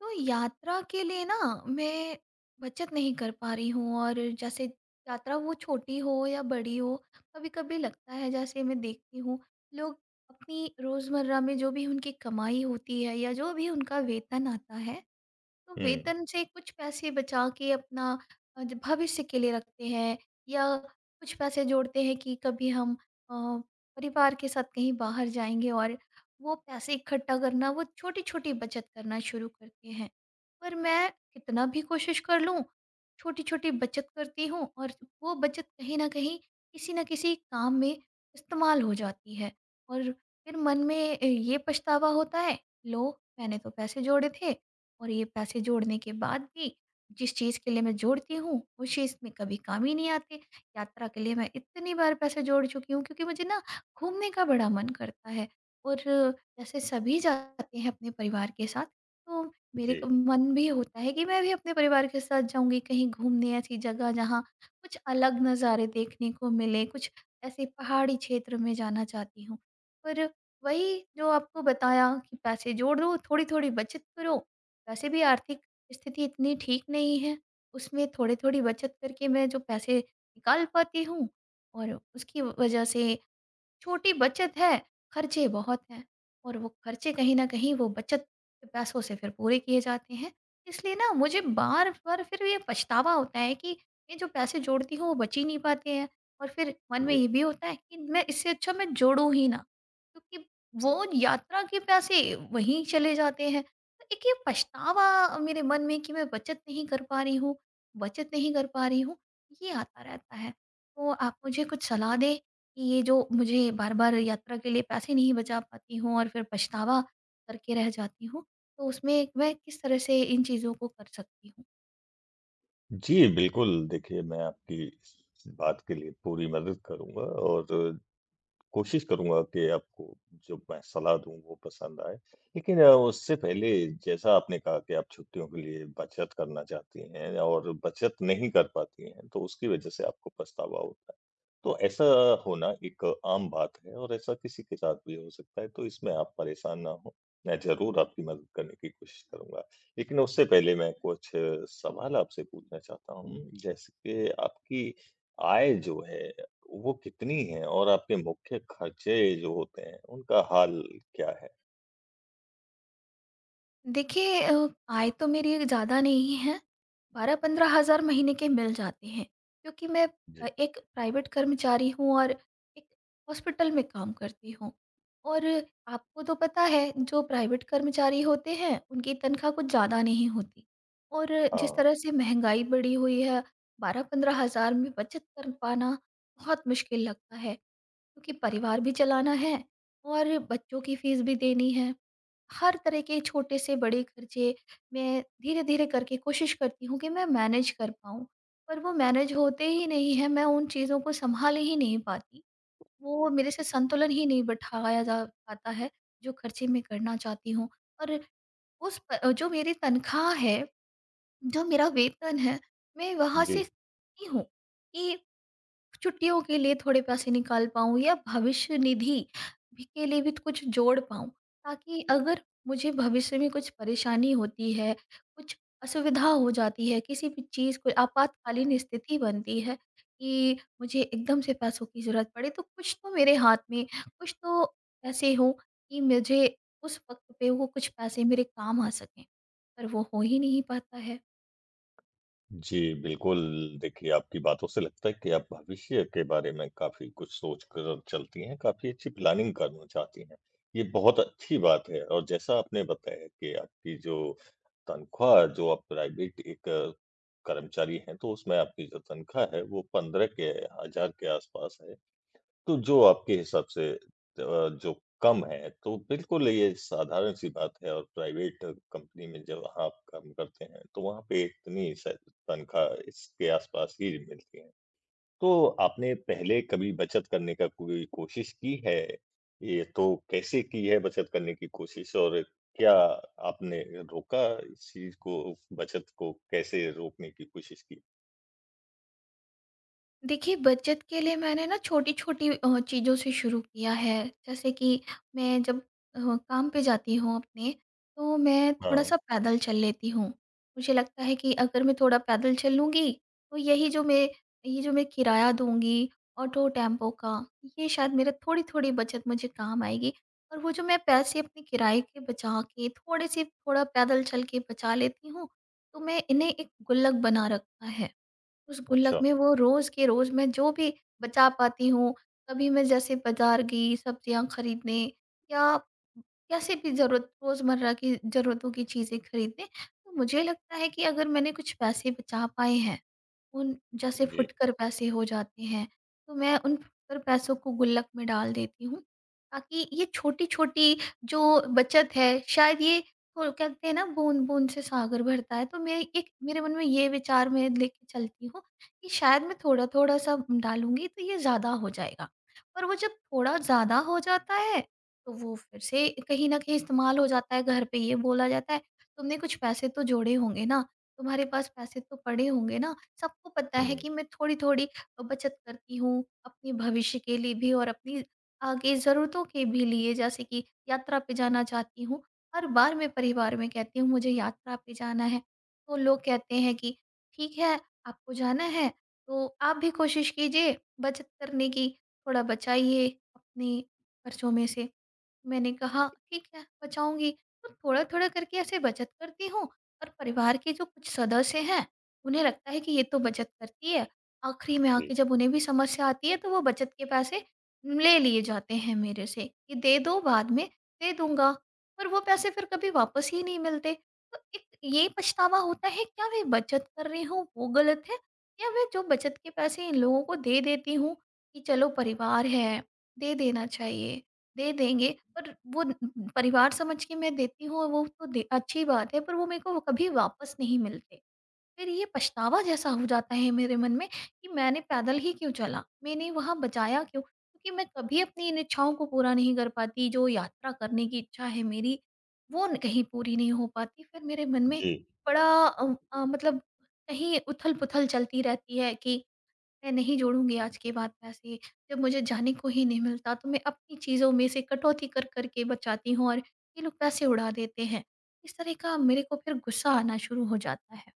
तो यात्रा के लिए ना मैं बचत नहीं कर पा रही हूँ, और जैसे यात्रा वो छोटी हो या बड़ी हो, कभी कभी लगता है जैसे मैं देखती हूँ, लोग अपनी रोज़मर्रा में जो भी उनकी कमाई होती है या जो भी उनका वेतन आता है, तो हुँ, वेतन से कुछ पैसे बचा के अपना भविष्य के लिए रखते हैं, या कुछ पैसे जोड़ते हैं कि कभी हम अ, परिवार के साथ कहीं बाहर जाएंगे, और वो पैसे इकट्ठा करना, वो छोटी छोटी बचत करना शुरू करते हैं। पर मैं कितना भी कोशिश कर लूं, छोटी छोटी बचत करती हूँ, और वो बचत कहीं ना कहीं किसी ना किसी काम में इस्तेमाल हो जाती है। और फिर मन में ये पछतावा होता है, लो मैंने तो पैसे जोड़े थे, और ये पैसे जोड़ने के बाद भी जिस चीज़ के लिए मैं जोड़ती हूँ, उस चीज़ में कभी काम ही नहीं आते। यात्रा के लिए मैं इतनी बार पैसे जोड़ चुकी हूँ, क्योंकि मुझे ना घूमने का बड़ा मन करता है। और जैसे सभी जाते हैं अपने परिवार के साथ, तो मेरे को जी, मन भी होता है कि मैं भी अपने परिवार के साथ जाऊँगी कहीं घूमने, ऐसी जगह जहाँ कुछ अलग नज़ारे देखने को मिले, कुछ ऐसे पहाड़ी क्षेत्र में जाना चाहती हूँ। पर वही जो आपको बताया, कि पैसे जोड़ो, थोड़ी-थोड़ी बचत करो, वैसे भी आर्थिक स्थिति इतनी ठीक नहीं है, उसमें थोड़ी-थोड़ी बचत करके मैं जो पैसे निकाल पाती हूँ, और उसकी वजह से छोटी बचत है, खर्चे बहुत हैं, और वो खर्चे कहीं न कहीं वो बचत के पैसों से फिर पूरे किए जाते हैं। इसलिए ना मुझे बार-बार फिर ये पछतावा होता है कि ये जो पैसे जोड़ती हूँ, वो बच ही नहीं पाते हैं। और फिर मन में जी। ये भी होता है कि मैं इससे अच्छा मैं जोड़ूँ ही ना, क्योंकि वो यात्रा के पैसे वहीं चले जाते हैं। तो एक ये पछतावा मेरे मन में, कि मैं बचत नहीं कर पा रही हूँ, बचत नहीं कर पा रही हूँ, ये आता रहता है। तो आप मुझे कुछ सलाह दें, कि ये जो मुझे बार-बार यात्रा के लिए पैसे नहीं बचा पाती हूँ और फिर पछतावा करके रह जाती हूँ, तो उसमें मैं किस तरह से इन चीज़ों को कर सकती हूँ? जी, बिल्कुल देखिए मैं आपकी इस बात के लिए पूरी मदद करूँगा और कोशिश करूँगा कि आपको जो मैं सलाह दूँ वो पसंद आए। लेकिन उससे पहले जैसा आपने कहा कि आप छुट्टियों के लिए बचत करना चाहती हैं और बचत नहीं कर पाती हैं, तो उसकी वज़ह से आपको पछतावा होता है। तो ऐसा होना एक आम बात है और ऐसा किसी के साथ भी हो सकता है, तो इसमें आप परेशान ना हों। मैं ज़रूर आपकी मदद करने की कोशिश करूँगा। लेकिन उससे पहले मैं कुछ सवाल आपसे पूछना चाहता हूँ, जैसे कि आपकी आय जो है वो कितनी है और आपके मुख्य खर्चे जो होते हैं, उनका हाल क्या है? देखिए आय तो मेरी ज़्यादा नहीं है, 12-15 हज़ार महीने के मिल जाते हैं, क्योंकि मैं जी। एक प्राइवेट कर्मचारी हूँ, और एक हॉस्पिटल में काम करती हूँ। और आपको तो पता है, जो प्राइवेट कर्मचारी होते हैं, उनकी तनख्वाह कुछ ज़्यादा नहीं होती। और जिस हाँ, तरह से महँगाई बढ़ी हुई है, 12-15 हज़ार में बचत कर पाना बहुत मुश्किल लगता है, क्योंकि परिवार भी चलाना है और बच्चों की फ़ीस भी देनी है। हर तरह के छोटे से बड़े खर्चे मैं धीरे-धीरे करके कोशिश करती हूँ कि मैं मैनेज कर पाऊँ। पर वो मैनेज होते ही नहीं हैं, मैं उन चीज़ों को सँभाल ही नहीं पाती। वो मेरे से संतुलन ही नहीं बैठाया जा पाता है, जो खर्चे मैं करना चाहती हूँ। और उस प जो मेरी तनख़्वाह है, जो मेरा वेतन है, मैं वहाँ से जी। सीखती हूँ कि छुट्टियों के लिए थोड़े पैसे निकाल पाऊँ, या भविष्य निधि भी के लिए भी कुछ जोड़ पाऊँ, ताकि अगर मुझे भविष्य में कुछ परेशानी होती है, कुछ असुविधा हो जाती है, किसी भी चीज़ को आपातकालीन स्थिति बनती है, कि मुझे एकदम से पैसों की ज़रूरत पड़े, तो कुछ तो मेरे हाथ में, कुछ तो ऐसे हो कि मुझे उस वक़्त पे वो कुछ पैसे मेरे काम आ सकें। पर वो हो ही नहीं पाता है। जी, बिल्कुल, देखिए आपकी बातों से लगता है कि आप भविष्य के बारे में काफ़ी कुछ सोच कर चलती हैं, काफ़ी अच्छी प्लानिंग करना चाहती हैं। ये बहुत अच्छी बात है और जैसा आपने बताया कि आपकी जो तनख्वाह जो आप प्राइवेट एक कर्मचारी हैं, तो उसमें आपकी जो तनख्वाह है, वो 15 के हज़ार के आसपास है। तो जो आपके हिसाब से जो कम है, तो बिल्कुल ये साधारण-सी बात है और प्राइवेट कंपनी में जब आप काम करते हैं, तो वहाँ पे इतनी शायद तनख्वाह इसके आसपास ही मिलती है। तो आपने पहले कभी बचत करने का कोई कोशिश की है? ये तो कैसे की है बचत करने की कोशिश और क्या आपने रोका इस चीज़ को, बचत को कैसे रोकने की कोशिश की? देखिए, बचत के लिए मैंने ना छोटी-छोटी चीज़ों से शुरू किया है। जैसे कि मैं जब काम पे जाती हूँ अपने, तो मैं हाँ, थोड़ा-सा पैदल चल लेती हूँ। मुझे लगता है कि अगर मैं थोड़ा पैदल चलूँगी, तो यही जो मैं ये जो मैं किराया दूँगी ऑटो, टेम्पो का, ये शायद मेरा थोड़ी-थोड़ी बचत मुझे काम आएगी। और वो जो मैं पैसे अपने किराए के बचा के, थोड़े से थोड़ा पैदल चल के बचा लेती हूँ, तो मैं इन्हें एक गुल्लक बना रखा है। उस गुल्लक अच्छा। में वो रोज़ के रोज़ मैं जो भी बचा पाती हूँ, कभी मैं जैसे बाज़ार गई सब्जियाँ खरीदने, या कैसे भी ज़रूरत रोज़मर्रा की ज़रूरतों की चीज़ें खरीदने, तो मुझे लगता है कि अगर मैंने कुछ पैसे बचा पाए हैं, उन जैसे जी। फुटकर पैसे हो जाते हैं, तो मैं उन फुटकर पैसों को गुल्लक में डाल देती हूँ, ताकि ये छोटी-छोटी जो बचत है शायद ये, और कहते हैं ना बूंद-बूंद से सागर भरता है, तो मैं एक मेरे मन में ये विचार मैं लेके चलती हूँ कि शायद मैं थोड़ा-थोड़ा सा डालूँगी तो ये ज़्यादा हो जाएगा। पर वो जब थोड़ा ज़्यादा हो जाता है, तो वो फिर से कहीं न कहीं इस्तेमाल हो जाता है, घर पे ये बोला जाता है, "तुमने कुछ पैसे तो जोड़े होंगे ना, तुम्हारे पास पैसे तो पड़े होंगे ना।" सबको पता है हुँ, कि मैं थोड़ी-थोड़ी बचत करती हूँ, अपने भविष्य के लिए भी और अपनी आगे ज़रूरतों के भी लिए, जैसे कि यात्रा पे जाना चाहती हूँ। हर बार मैं परिवार में कहती हूँ मुझे यात्रा पे जाना है, तो लोग कहते हैं कि ठीक है, आपको जाना है तो आप भी कोशिश कीजिए बचत करने की, थोड़ा बचाइए अपने खर्चों में से। मैंने कहा ठीक है बचाऊंगी, तो थोड़ा थोड़ा करके ऐसे बचत करती हूँ, और परिवार के जो कुछ सदस्य हैं, उन्हें लगता है कि ये तो बचत करती है, आखिरी में आके जी, जब उन्हें भी समस्या आती है तो वो बचत के पैसे ले लिए जाते हैं मेरे से, कि दे दो, बाद में दे दूंगा, पर वो पैसे फिर कभी वापस ही नहीं मिलते। तो एक ये पछतावा होता है, क्या मैं बचत कर रही हूँ वो गलत है, या मैं जो बचत के पैसे इन लोगों को दे देती हूँ कि चलो परिवार है, दे देना चाहिए, दे देंगे, पर वो परिवार समझ के मैं देती हूँ, और वो तो अच्छी बात है, पर वो मेरे को कभी वापस नहीं मिलते। फिर ये पछतावा जैसा हो जाता है मेरे मन में, कि मैंने पैदल ही क्यों चला, मैंने वहाँ बचाया क्यों, क्योंकि मैं कभी अपनी इन इच्छाओं को पूरा नहीं कर पाती, जो यात्रा करने की इच्छा है मेरी, वो कहीं पूरी नहीं हो पाती। फिर मेरे मन में जी। बड़ा मतलब कहीं उथल पुथल चलती रहती है, कि मैं नहीं जोड़ूँगी आज के बाद पैसे, जब मुझे जाने को ही नहीं मिलता तो मैं अपनी चीज़ों में से कटौती कर कर के बचाती हूँ, और ये लोग पैसे उड़ा देते हैं। इस तरह का मेरे को फिर गुस्सा आना शुरू हो जाता है।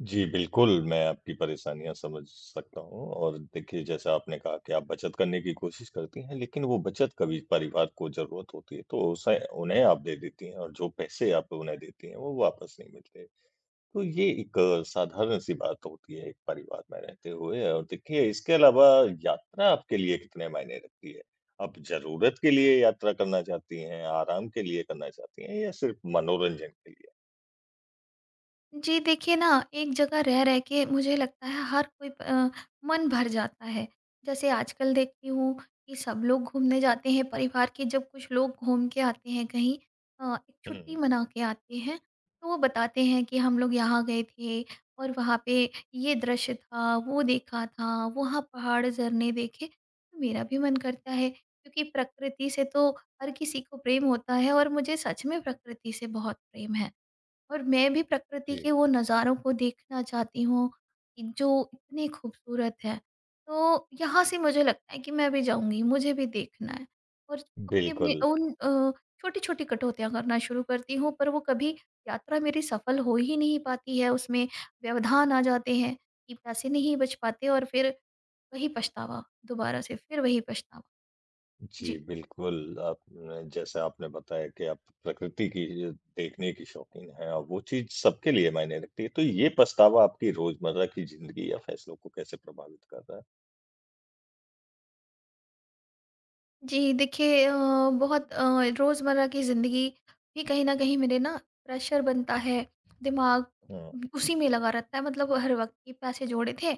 जी, बिल्कुल, मैं आपकी परेशानियाँ समझ सकता हूँ और देखिए जैसा आपने कहा कि आप बचत करने की कोशिश करती हैं, लेकिन वो बचत कभी परिवार को ज़रूरत होती है तो उसे उन्हें आप दे देती हैं और जो पैसे आप उन्हें देती हैं, वो वापस नहीं मिलते। तो ये एक साधारण-सी बात होती है एक परिवार में रहते हुए और देखिए इसके अलावा यात्रा आपके लिए कितने मायने रखती है? आप ज़रूरत के लिए यात्रा करना चाहती हैं, आराम के लिए करना चाहती हैं या सिर्फ़ मनोरंजन के लिए? जी देखिए ना, एक जगह रह रह के मुझे लगता है मन भर जाता है। जैसे आजकल देखती हूँ कि सब लोग घूमने जाते हैं परिवार के, जब कुछ लोग घूम के आते हैं कहीं, एक छुट्टी हुँ, मना के आते हैं, तो वो बताते हैं कि हम लोग यहाँ गए थे, और वहाँ पे ये दृश्य था, वो देखा था, वहाँ पहाड़, झरने देखे। तो मेरा भी मन करता है, क्योंकि प्रकृति से तो हर किसी को प्रेम होता है, और मुझे सच में प्रकृति से बहुत प्रेम है। और मैं भी प्रकृति जी। के वो नज़ारों को देखना चाहती हूँ, कि जो इतने खूबसूरत हैं। तो यहाँ से मुझे लगता है कि मैं भी जाऊँगी, मुझे भी देखना है, और अपने-अपने बिल्कुल। छोटी-छोटी कटौतियाँ करना शुरू करती हूँ, पर वो कभी यात्रा मेरी सफल हो ही नहीं पाती है, उसमें व्यवधान आ जाते हैं कि पैसे नहीं बच पाते, और फिर वही पछतावा, दोबारा से फिर वही पछतावा। जी, जी। बिल्कुल, आपने जैसे आपने बताया कि आप प्रकृति की देखने की शौकीन हैं और वो चीज़ सबके लिए मायने रखती है। तो ये पछतावा आपकी रोज़मर्रा की ज़िंदगी या फैसलों को कैसे प्रभावित कर रहा है? जी, देखिए बहुत रोज़मर्रा की ज़िंदगी भी कहीं न कहीं मेरे ना प्रेशर बनता है, दिमाग हुँ। उसी में लगा रहता है, मतलब हर वक़्त, कि पैसे जोड़े थे,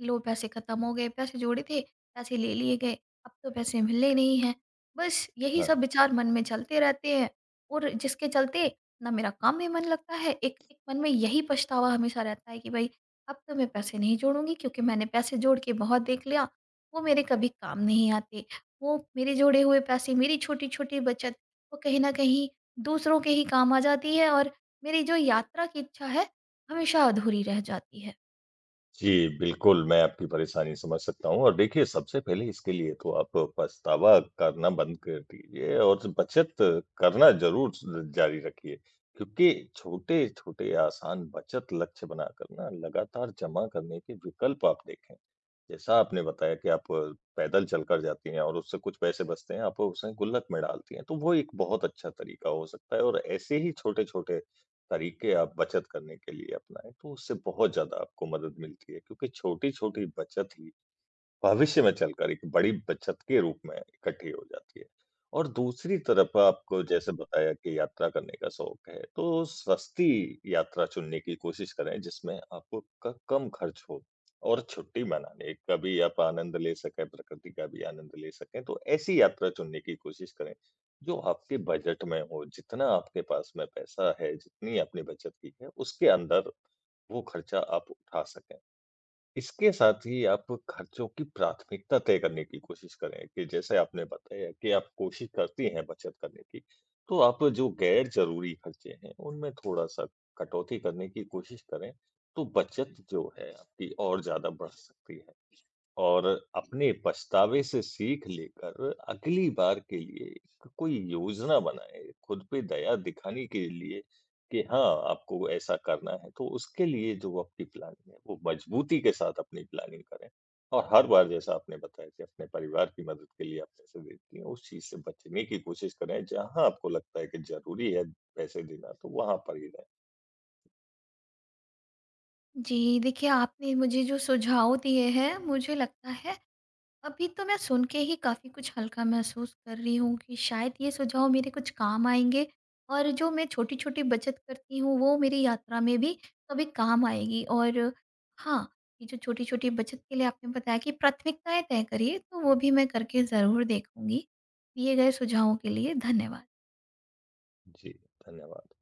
लो पैसे ख़त्म हो गए, पैसे जोड़े थे, पैसे ले लिए गए, अब तो पैसे मिलने नहीं हैं। बस यही सब हाँ। विचार मन में चलते रहते हैं, और जिसके चलते ना मेरा काम में मन लगता है, एक एक मन में यही पछतावा हमेशा रहता है, कि भई अब तो मैं पैसे नहीं जोड़ूँगी, क्योंकि मैंने पैसे जोड़ के बहुत देख लिया, वो मेरे कभी काम नहीं आते। वो मेरे जोड़े हुए पैसे, मेरी छोटी-छोटी बचत, वो कहीं न कहीं दूसरों के ही काम आ जाती है, और मेरी जो यात्रा की इच्छा है, हमेशा अधूरी रह जाती है। जी, बिल्कुल, मैं आपकी परेशानी समझ सकता हूँ और देखिए सबसे पहले इसके लिए तो आप पछतावा करना बंद कर दीजिए और बचत करना ज़रूर ज जारी रखिए। क्योंकि छोटे-छोटे आसान बचत लक्ष्य बनाकर ना लगातार जमा करने के विकल्प आप देखें। जैसा आपने बताया कि आप पैदल चलकर जाती हैं और उससे कुछ पैसे बचते हैं, आप उसे गुल्लक में डालती हैं, तो वो एक बहुत अच्छा तरीका हो सकता है और ऐसे ही छोटे-छोटे तरीके आप बचत करने के लिए अपनाएँ, तो उससे बहुत ज़्यादा आपको मदद मिलती है क्योंकि छोटी-छोटी बचत ही भविष्य में चलकर एक बड़ी बचत के रूप में इकट्ठी हो जाती है। और दूसरी तरफ आपको जैसे बताया कि यात्रा करने का शौक है, तो सस्ती यात्रा चुनने की कोशिश करें जिसमें आपको क कम खर्च हो और छुट्टी मनाने का भी आप आनंद ले सकें, प्रकृति का भी आनंद ले सकें। तो ऐसी यात्रा चुनने की कोशिश करें, जो आपके बजट में हो, जितना आपके पास में पैसा है, जितनी आपने बचत की है, उसके अंदर वो खर्चा आप उठा सकें। इसके साथ ही आप खर्चों की प्राथमिकता तय करने की कोशिश करें कि जैसे आपने बताया कि आप कोशिश करती हैं बचत करने की, तो आप जो गैर ज़रूरी खर्चे हैं, उनमें थोड़ा-सा कटौती करने की कोशिश करें, तो बचत जो है आपकी और ज़्यादा बढ़ सकती है। और अपने पछतावे से सीख लेकर अगली बार के लिए क कोई योजना बनाएँ, खुद पे दया दिखाने के लिए कि हाँ, आपको ऐसा करना है। तो उसके लिए जो आपकी प्लानिंग है, वो मज़बूती के साथ अपनी प्लानिंग करें और हर बार जैसा आपने बताया कि अपने परिवार की मदद के लिए आप पैसे देती हैं, उस चीज़ से बचने की कोशिश करें। जहाँ आपको लगता है कि ज़रूरी है पैसे देना, तो वहाँ पर ही रहें। जी, देखिए आपने मुझे जो सुझाव दिए हैं, मुझे लगता है, अभी तो मैं सुन के ही काफ़ी कुछ हल्का महसूस कर रही हूँ, कि शायद ये सुझाव मेरे कुछ काम आएँगे, और जो मैं छोटी-छोटी बचत करती हूँ वो मेरी यात्रा में भी कभी काम आएगी। और हाँ, ये जो छोटी-छोटी बचत के लिए आपने बताया कि प्राथमिकताएँ तय करिए, तो वो भी मैं करके ज़रूर देखूँगी। दिए गए सुझावों के लिए धन्यवाद। जी, धन्यवाद।